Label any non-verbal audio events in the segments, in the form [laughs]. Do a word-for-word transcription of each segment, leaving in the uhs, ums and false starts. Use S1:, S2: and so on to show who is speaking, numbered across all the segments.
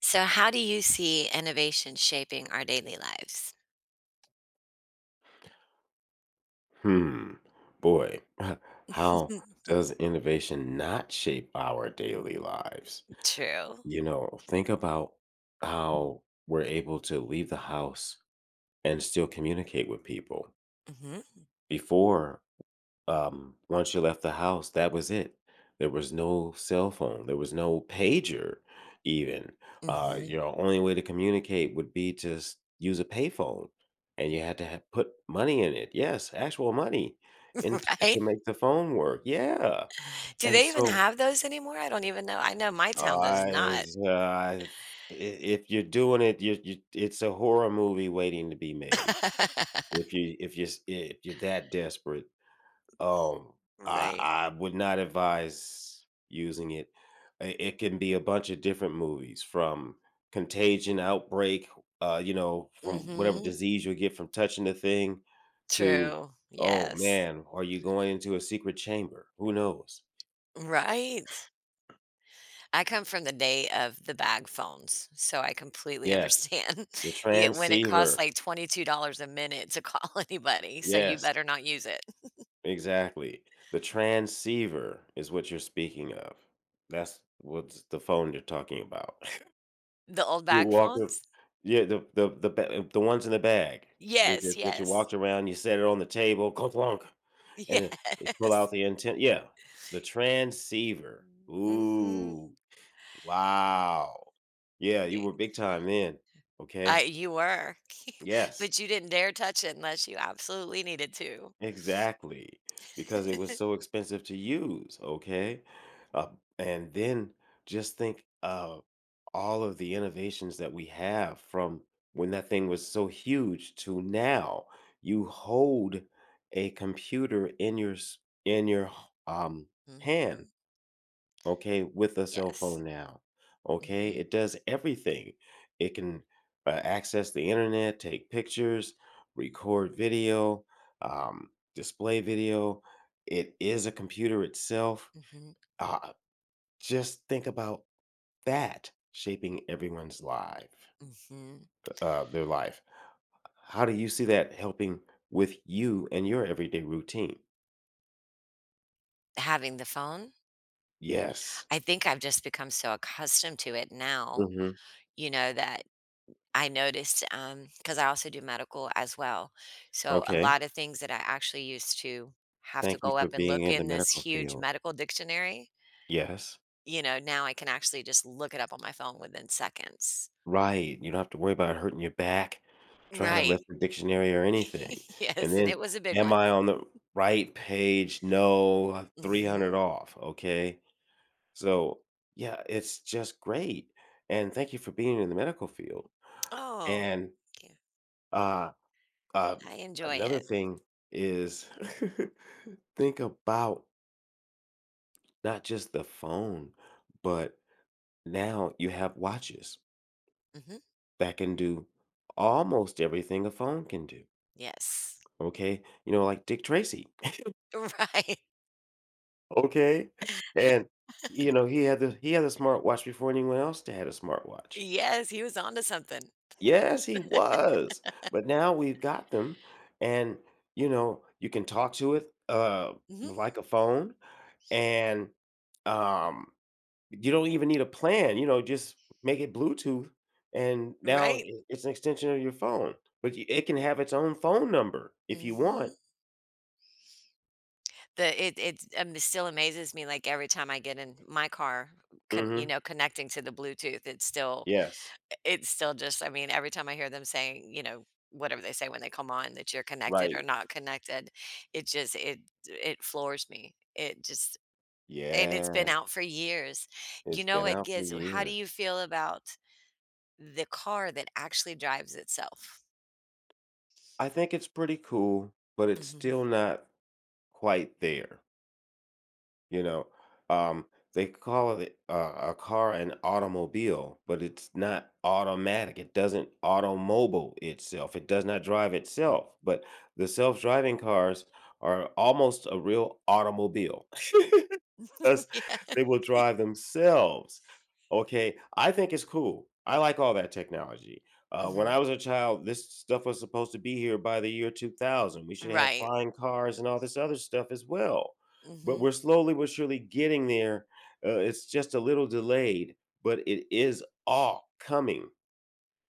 S1: So, how do you see innovation shaping our daily lives?
S2: Hmm. Boy, [laughs] how
S1: [laughs]
S2: does innovation not shape our daily lives?
S1: True.
S2: You know, think about how we're able to leave the house and still communicate with people.
S1: Hmm.
S2: Before, um, once you left the house, that was it. There was no cell phone. There was no pager, even. Uh,
S1: Hmm.
S2: your only way to communicate would be to s- use a payphone, and you had to ha put money in it. Yes, actual money, and t-
S1: [laughs] Right?
S2: to make the phone work. Yeah,
S1: Do
S2: and
S1: they even
S2: so
S1: have those anymore? I don't even know. I know my town does
S2: I,
S1: not.
S2: I if you're doing it, you, you, it's a horror movie waiting to be made.
S1: [laughs]
S2: If you if you if you're that desperate. Um, I
S1: Right.
S2: I would not advise using it. I- It can be a bunch of different movies from Contagion, Outbreak, uh, you know, from whatever
S1: Hmm.
S2: disease you'll get from touching the thing to,
S1: True.
S2: oh
S1: Yes.
S2: man, are you going into a secret chamber? Who knows?
S1: Right. I come from the day of the bag phones, so I completely
S2: Yes.
S1: understand.
S2: The
S1: [laughs] Yeah, when it costs
S2: transceiver.
S1: like twenty-two dollars a minute to call [laughs] anybody, so you
S2: Yes,
S1: better not use it.
S2: exactly. The transceiver is what you're speaking of. That's what's the phone you're talking about.
S1: The old
S2: You
S1: bag
S2: walk up,
S1: phones?
S2: yeah, the the the ba uh, the ones in the bag that
S1: Yes,
S2: that that you
S1: yes.
S2: walked around, you set it on the table, clunk, clunk,
S1: [laughs]
S2: and then they pull
S1: Yes.
S2: out the anten, yeah, the transceiver.
S1: Mm. Mhm.
S2: Ooh, wow. Yeah, you
S1: Yeah.
S2: were big time then, okay?
S1: I you were, [laughs]
S2: Yes.
S1: but you didn't dare touch it unless you absolutely needed to.
S2: Exactly, because it was
S1: [laughs]
S2: so expensive to use, okay? Uh, and then just think of all of the innovations that we have from when that thing was so huge to now. You hold a computer in your s- in your h- um hand,
S1: Mhm.
S2: okay, with a cell
S1: Yes.
S2: phone now. Okay,
S1: Mhm,
S2: it does everything. It can uh, access the internet, take pictures, record video, um, display video. It is a computer itself.
S1: mhm,
S2: Uh, just think about that shaping everyone's life,
S1: mhm.
S2: uh, their life. How do you see that helping with you and your everyday routine?
S1: Having the phone?
S2: Yes.
S1: I think I've just become so accustomed to it now,
S2: Hmm.
S1: you know, that I noticed, um, because I also do medical as well, so a
S2: Okay.
S1: lot of things that I actually used to have to
S2: Thank you
S1: go
S2: for
S1: up and
S2: being
S1: look
S2: in the
S1: in this
S2: medical
S1: huge
S2: field.
S1: medical dictionary.
S2: Yes.
S1: You know, now I can actually just look it up on my phone within seconds.
S2: Right, you don't have to worry about hurting your back, trying to
S1: Right.
S2: lift
S1: [laughs]
S2: the dictionary or anything,
S1: Yes,
S2: and
S1: and it
S2: then,
S1: was a big
S2: "Am
S1: one.
S2: I on the right page? No, three hundred
S1: Mhm.
S2: off," okay? So, yeah, it's just great, and thank you for being in the medical field,
S1: Oh,
S2: and,
S1: thank you.
S2: uh, uh,
S1: I enjoy
S2: another
S1: it.
S2: thing is [laughs] think about not just the phone, but now you have watches
S1: Mhm.
S2: that can do almost everything a phone can do.
S1: Yes.
S2: Okay, you know, like Dick Tracy,
S1: [laughs] Right.
S2: [laughs] okay? And, you know, he had the he had a smartwatch before anyone else had a smartwatch.
S1: Yes, he was onto something.
S2: Yes, he was, but now we've got them, and, you know, you can talk to it, uh,
S1: Mhm.
S2: like a phone, and, um, you don't even need a plan, you know, just make it Bluetooth, and now I
S1: Right.
S2: it's an extension of your phone, but y it can have its own phone number if you
S1: Mhm.
S2: want.
S1: The it it, um, still amazes me, like, every time I get in my car, con you
S2: Mhm.
S1: know, connecting to the Bluetooth, it still
S2: Yes.
S1: It's still just, I mean, every time I hear them saying, you know, whatever they say when they come on that you're connected or
S2: Right.
S1: not connected, it just it it floors me. It just And it's
S2: Yeah.
S1: been out for years. You
S2: It's
S1: know,
S2: been
S1: it
S2: out for
S1: gets, how do
S2: years.
S1: you feel about the car that actually drives itself?
S2: I think it's pretty cool, but it's
S1: Mhm.
S2: still not quite there, you know? Um, they call it uh, a car an automobile, but it's not automatic. It doesn't automobile itself. It does not drive itself. But the self-driving cars are almost a real automobile. [laughs]
S1: [laughs]
S2: Because
S1: Yeah.
S2: they will drive themselves. Okay, I think it's cool. I like all that technology. Uh, when
S1: Mhm.
S2: I was a child, this stuff was supposed to be here by the year two thousand. We should have
S1: Right.
S2: flying cars and all this other stuff as well. But
S1: Mhm.
S2: we're slowly but surely getting there. Uh, it's just a little delayed, but it is all coming.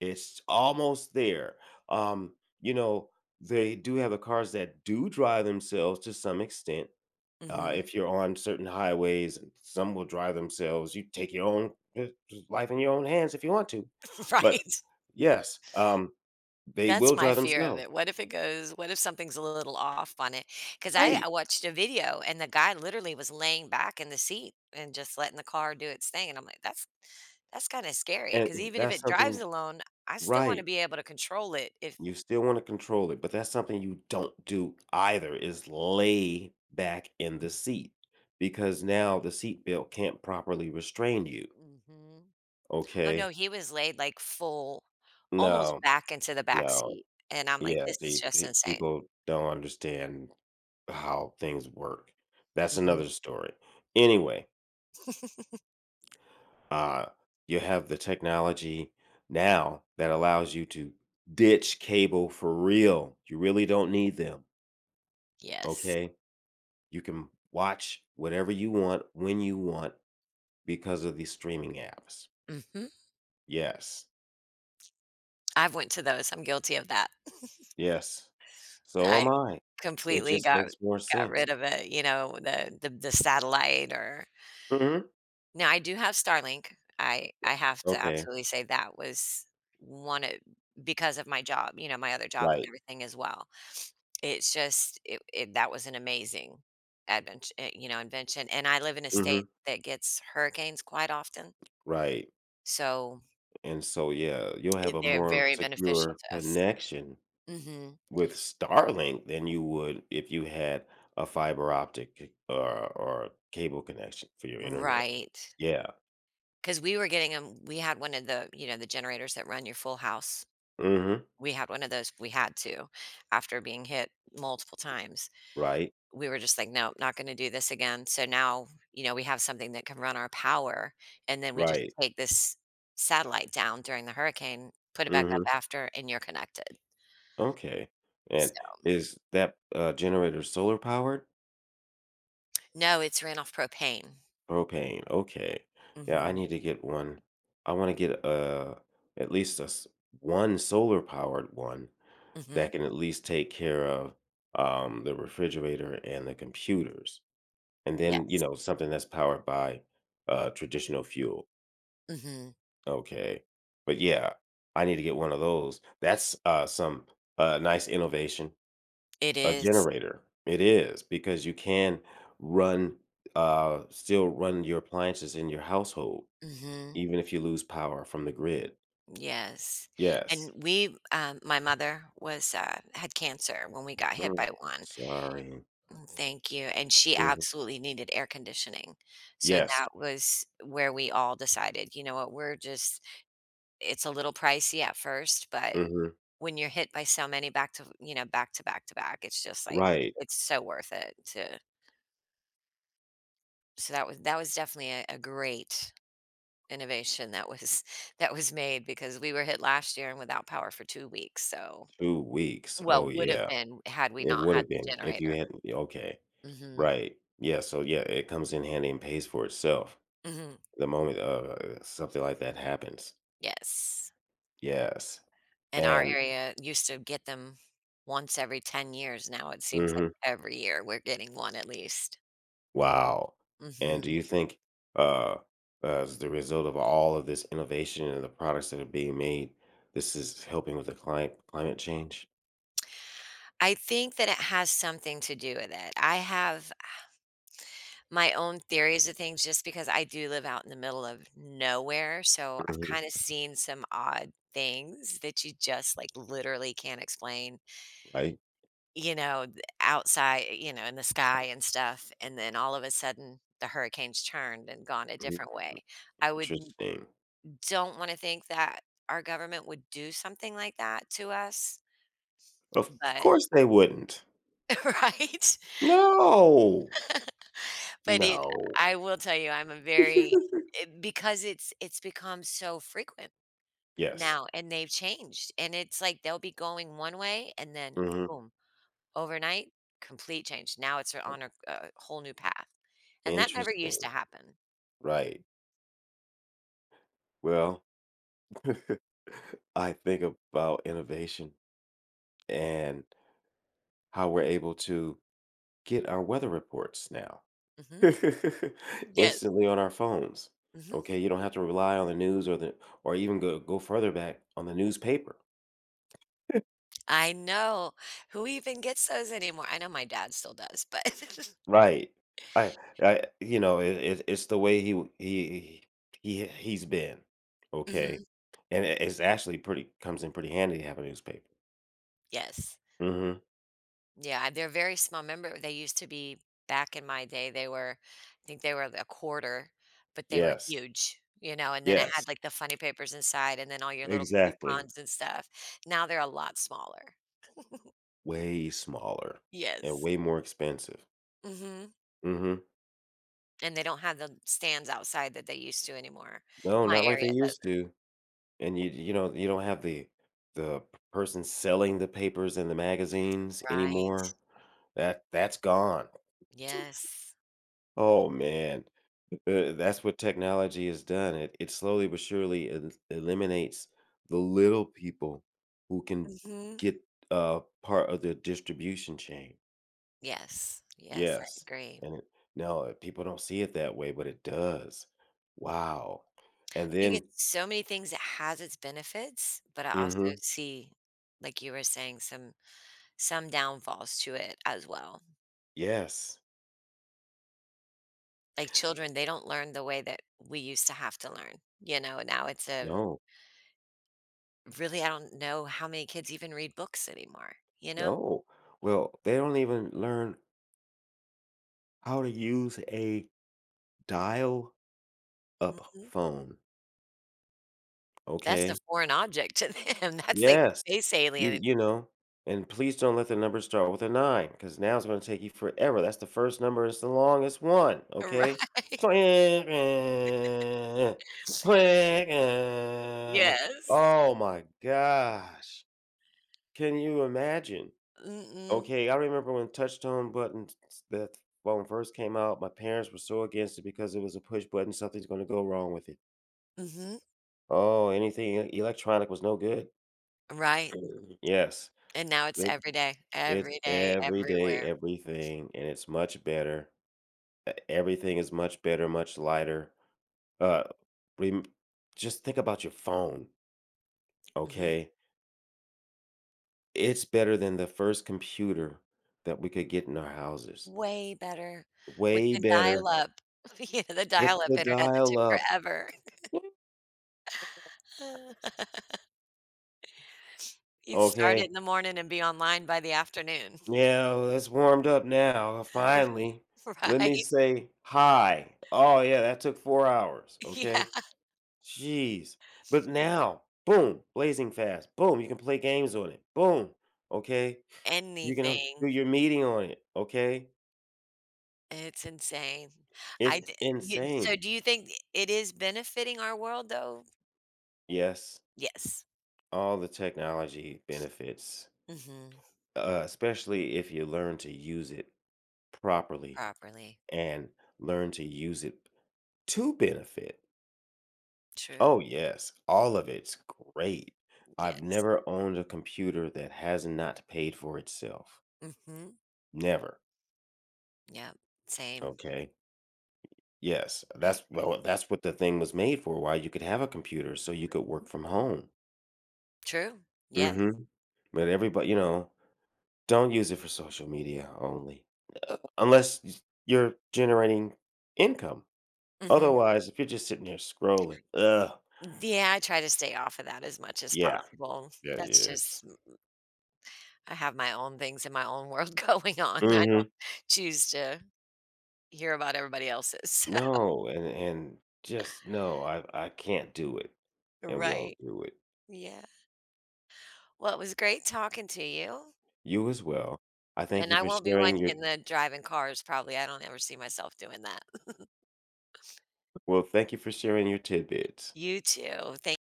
S2: It's almost there. Um, you know, they do have the cars that do drive themselves to some extent, uh,
S1: Mhm.
S2: if you're on certain highways, and some will drive themselves. You take your own eh, life in your own hands if you want to.
S1: [laughs]
S2: But
S1: Right.
S2: yes, um, they
S1: That's
S2: will
S1: my
S2: drive
S1: fear of
S2: themselves.
S1: it. What if it goes, what if something's a little off on it? 'Cause I
S2: Right.
S1: I watched a video, and the guy literally was laying back in the seat and just letting the car do its thing, and I'm like, "That's that's kinda scary," scary.
S2: And
S1: Because even if
S2: that's
S1: it drives
S2: something
S1: alone, I still wanna
S2: right.
S1: be able to control it if
S2: You still want to control it, but that's something you don't do either is lay back in the seat because now the seat belt can't properly restrain you.
S1: Mhm. Oh, no,
S2: Okay.
S1: he was laid, like, full almost
S2: No,
S1: back into the back
S2: no.
S1: seat, and I'm like,
S2: Yeah.
S1: "This is
S2: See,
S1: just
S2: pe-
S1: insane."
S2: people don't understand how things work. That's
S1: Mhm.
S2: another story. Anyway,
S1: [laughs]
S2: uh, you have the technology now that allows you to ditch cable for real. You really don't need them,
S1: Yes.
S2: okay? You can watch whatever you want when you want because of these streaming apps.
S1: Mhm.
S2: Yes.
S1: I've went to those. I'm guilty of that.
S2: Yes. So am
S1: I
S2: I. It
S1: completely
S2: just
S1: got
S2: makes more
S1: got
S2: sense.
S1: rid of it, you know, the the the satellite, or
S2: Mhm.
S1: now I do have Starlink. I I have to
S2: Okay.
S1: absolutely say that was one of, because of my job, you know, my other job and
S2: Right.
S1: everything as well. It's just it, it that was an amazing adventure, you know, invention. And I live in a state
S2: Mhm.
S1: that gets hurricanes quite often,
S2: Right.
S1: so
S2: And so, yeah, you'll have
S1: it,
S2: a
S1: they're
S2: more
S1: very beneficial
S2: secure
S1: to us.
S2: connection
S1: Hmm.
S2: with Starlink than you would if you had a fiber optic eh, or or cable connection for your internet.
S1: Right.
S2: Yeah.
S1: 'Cause we were getting them, we had one of the, you know, the generators that run your full house.
S2: Mhm.
S1: We had one of those, we had to, after being hit multiple times.
S2: Right.
S1: We were just like, "Nope, not gonna do this again." So now, you know, we have something that can run our power, and then we just
S2: Right.
S1: take this satellite down during the hurricane, put it back up
S2: Mhm.
S1: after, and you're connected.
S2: Okay. And
S1: So
S2: is that uh, generator solar powered?
S1: No, it's ran off propane.
S2: Propane. Okay. Yeah, I
S1: Mhm.
S2: need to get one. I want to get uh at least a s- one solar powered one
S1: Mhm.
S2: that can at least take care of um, the refrigerator and the computers. And then, you
S1: Yes.
S2: know, something that's powered by, uh, traditional fuel.
S1: Mhm.
S2: Okay. But yeah, I need to get one of those. That's, uh, some, uh, nice innovation.
S1: It
S2: A
S1: is.
S2: generator. It is because you can run, uh, still run your appliances in your household,
S1: Mhm.
S2: even if you lose power from the grid.
S1: Yes, and
S2: Yes.
S1: we um, my mother was, uh had cancer when we got hit
S2: Mm,
S1: by one.
S2: sorry.
S1: Mm. Thank you, and she
S2: Mhm.
S1: absolutely needed air conditioning. So
S2: Yes.
S1: that was where we all decided, you know what, we're just it's a little pricey at first, but
S2: Mhm.
S1: when you're hit by so many back to, you know, back to back to back, it's just like
S2: Right.
S1: it's so worth it to, so that was that was definitely a, a great innovation that was [laughs] that was made because we were hit last year and without power for two weeks, so
S2: two weeks.
S1: Well,
S2: Oh,
S1: would have
S2: yeah.
S1: been had we
S2: It
S1: not
S2: would
S1: had
S2: have
S1: the
S2: been if you
S1: generator.
S2: hadn't, okay.
S1: Mhm,
S2: Right. Yeah, so yeah, it comes in handy and pays for itself
S1: mhm,
S2: the moment, uh, something like that happens.
S1: yes,
S2: Yes,
S1: and our
S2: and
S1: area used to get them once every ten years, now it seems like
S2: mhm,
S1: every year we're getting one at least.
S2: wow, and do
S1: Mhm.
S2: you think, uh, as the result of all of this innovation and the products that are being made, this is helping with the climate climate change?
S1: I think that it has something to do with it. I have my own theories of things just because I do live out in the middle of nowhere, so I've
S2: Mhm,
S1: kinda seen some odd things that you just, like, literally can't explain.
S2: right?
S1: You know, th outside, eh, you know, in the sky and stuff, and then all of a sudden, the hurricane's turned and gone a
S2: Mhm,
S1: different way. I would n
S2: interesting.
S1: don't wanna think that our government would do something like that to us,
S2: Of
S1: but
S2: course they wouldn't.
S1: [laughs] right?
S2: No!
S1: But it,
S2: No.
S1: I will tell you, I'm a very,
S2: [laughs]
S1: because it's it's become so frequent
S2: Yes.
S1: now, and they've changed, and it's like they'll be going one way, and then
S2: Mhm.
S1: boom, overnight, complete change. Now it's on a a whole new path. And that never used to
S2: Interesting.
S1: happen.
S2: Right. Well, [laughs] I think about innovation and how we're able to get our weather reports now
S1: Mhm.
S2: [laughs]
S1: Yes.
S2: instantly on our phones.
S1: Mhm.
S2: Okay, you don't have to rely on the news or the or even go go further back on the newspaper. [laughs]
S1: I know. Who even gets those anymore? I know my dad still does, but [laughs]
S2: Right. I I you know it, it, it's the way he w- he he he's been. Okay,
S1: Mhm.
S2: and it- it's actually pretty comes in pretty handy to have a newspaper.
S1: Yes.
S2: Hmm.
S1: Yeah, they're very small. Remember, they used to be back in my day, they were, I think they were a quarter, but they were
S2: Yes.
S1: huge, you know, and then it
S2: Yes.
S1: had, like, the funny papers inside and then all your little
S2: Exactly.
S1: coupons and stuff. Now they're a lot smaller.
S2: Way smaller and
S1: Yes.
S2: way more expensive.
S1: Mhm,
S2: Mhm.
S1: and they don't have the stands outside that they used to anymore.
S2: No,
S1: My
S2: not like
S1: area
S2: they
S1: doesn't.
S2: used to, and you you know, you don't have the the person selling the papers and the magazines
S1: Right.
S2: anymore. That that's gone.
S1: Yes.
S2: Oh, man. Uh, that's what technology has done. It it slowly but surely el eliminates the little people who can
S1: Mhm.
S2: get, uh, part of the distribution chain.
S1: Yes, yes, I
S2: Yes,
S1: agree.
S2: and it no, uh, people don't see it that way, but it does. Wow,
S1: I
S2: and
S1: think
S2: then
S1: it's so many things that has its benefits, but I also
S2: mhm,
S1: see, like you were saying, some some downfalls to it as well.
S2: yes.
S1: Like children, they don't learn the way that we used to have to learn. You know, now it's a
S2: No,
S1: really, I don't know how many kids even read books anymore, you know?
S2: no. Well, they don't even learn how to use a dial-up
S1: Mhm.
S2: phone,
S1: That's a
S2: okay?
S1: foreign object to them. [laughs] That's like
S2: Yes.
S1: space
S2: You
S1: alien.
S2: you
S1: [laughs]
S2: know, and please don't let the number start with a nine because now it's gonna take you forever. That's the first number, it's the longest one, okay?
S1: Right.
S2: Click, [laughs] click. uh.
S1: Yes.
S2: Oh my gosh. Can you imagine?
S1: Mm-mm.
S2: Okay, I remember when touch tone buttons that phone first came out, my parents were so against it because it was a push button, something's gonna go wrong with it.
S1: Hmm.
S2: Oh, anything e-, electronic was no good.
S1: Right.
S2: [clears throat] Yes.
S1: And now it's every day,
S2: It's
S1: every day,
S2: everyday
S1: everywhere.
S2: everything, and it's much better. E everything is much better, much lighter. Uh, rem just think about your phone,
S1: Hmm.
S2: okay? It's better than the first computer that we could get in our houses.
S1: Way better with
S2: Way
S1: the
S2: better
S1: dial up. [laughs] Yeah, the
S2: with
S1: dial up
S2: the
S1: internet that
S2: dial
S1: took
S2: up,
S1: forever. [laughs] You'd start it in
S2: okay?
S1: the morning and be online by the afternoon.
S2: "Yeah, it's warmed up now, finally.
S1: [laughs]
S2: Let me
S1: right?
S2: say hi." "Oh, yeah, that took four hours."
S1: Yeah.
S2: Okay? Jeez. But now, boom, blazing fast. Boom, you can play games on it. Boom. Okay. You can ho- do
S1: Anything.
S2: your meeting on it. Okay.
S1: It's insane. I
S2: It's
S1: d you so
S2: insane.
S1: do you think it is benefiting our world, though?
S2: Yes,
S1: Yes.
S2: all the technology benefits,
S1: Mhm.
S2: uh, especially if you learn to use it properly
S1: Properly.
S2: and learn to use it to benefit.
S1: True.
S2: Oh, yes, all of it's great. I've
S1: Yes.
S2: never owned a computer that has not paid for itself.
S1: Mhm.
S2: Never.
S1: Yep. Same.
S2: Okay. Yes,
S1: I agree.
S2: that's well, that's what the thing was made for, why you could have a computer so you could
S1: Mhm.
S2: work from home.
S1: True. Yes.
S2: Mhm, but everybody you know, don't use it for social media only, uh, unless y you're generating income.
S1: Mhm.
S2: Otherwise, if you're just sitting there scrolling, ugh,
S1: Yeah, I try to stay off of that as much as
S2: yeah.
S1: possible.
S2: Yeah,
S1: That's just
S2: yes.
S1: I have my own things in my own world [laughs] going on. I don't
S2: Mhm.
S1: choose to hear about everybody else's. [laughs]
S2: No, and and just no, I I can't do it and won't
S1: Right.
S2: do it.
S1: Yeah. Well, it was great talking to you,
S2: You as well. I thank
S1: and
S2: you
S1: I
S2: for
S1: won't be
S2: sharing
S1: one
S2: your
S1: getting the driving cars probably, I don't ever see myself doing that.
S2: well, thank you for sharing your tidbits.
S1: You too. Thank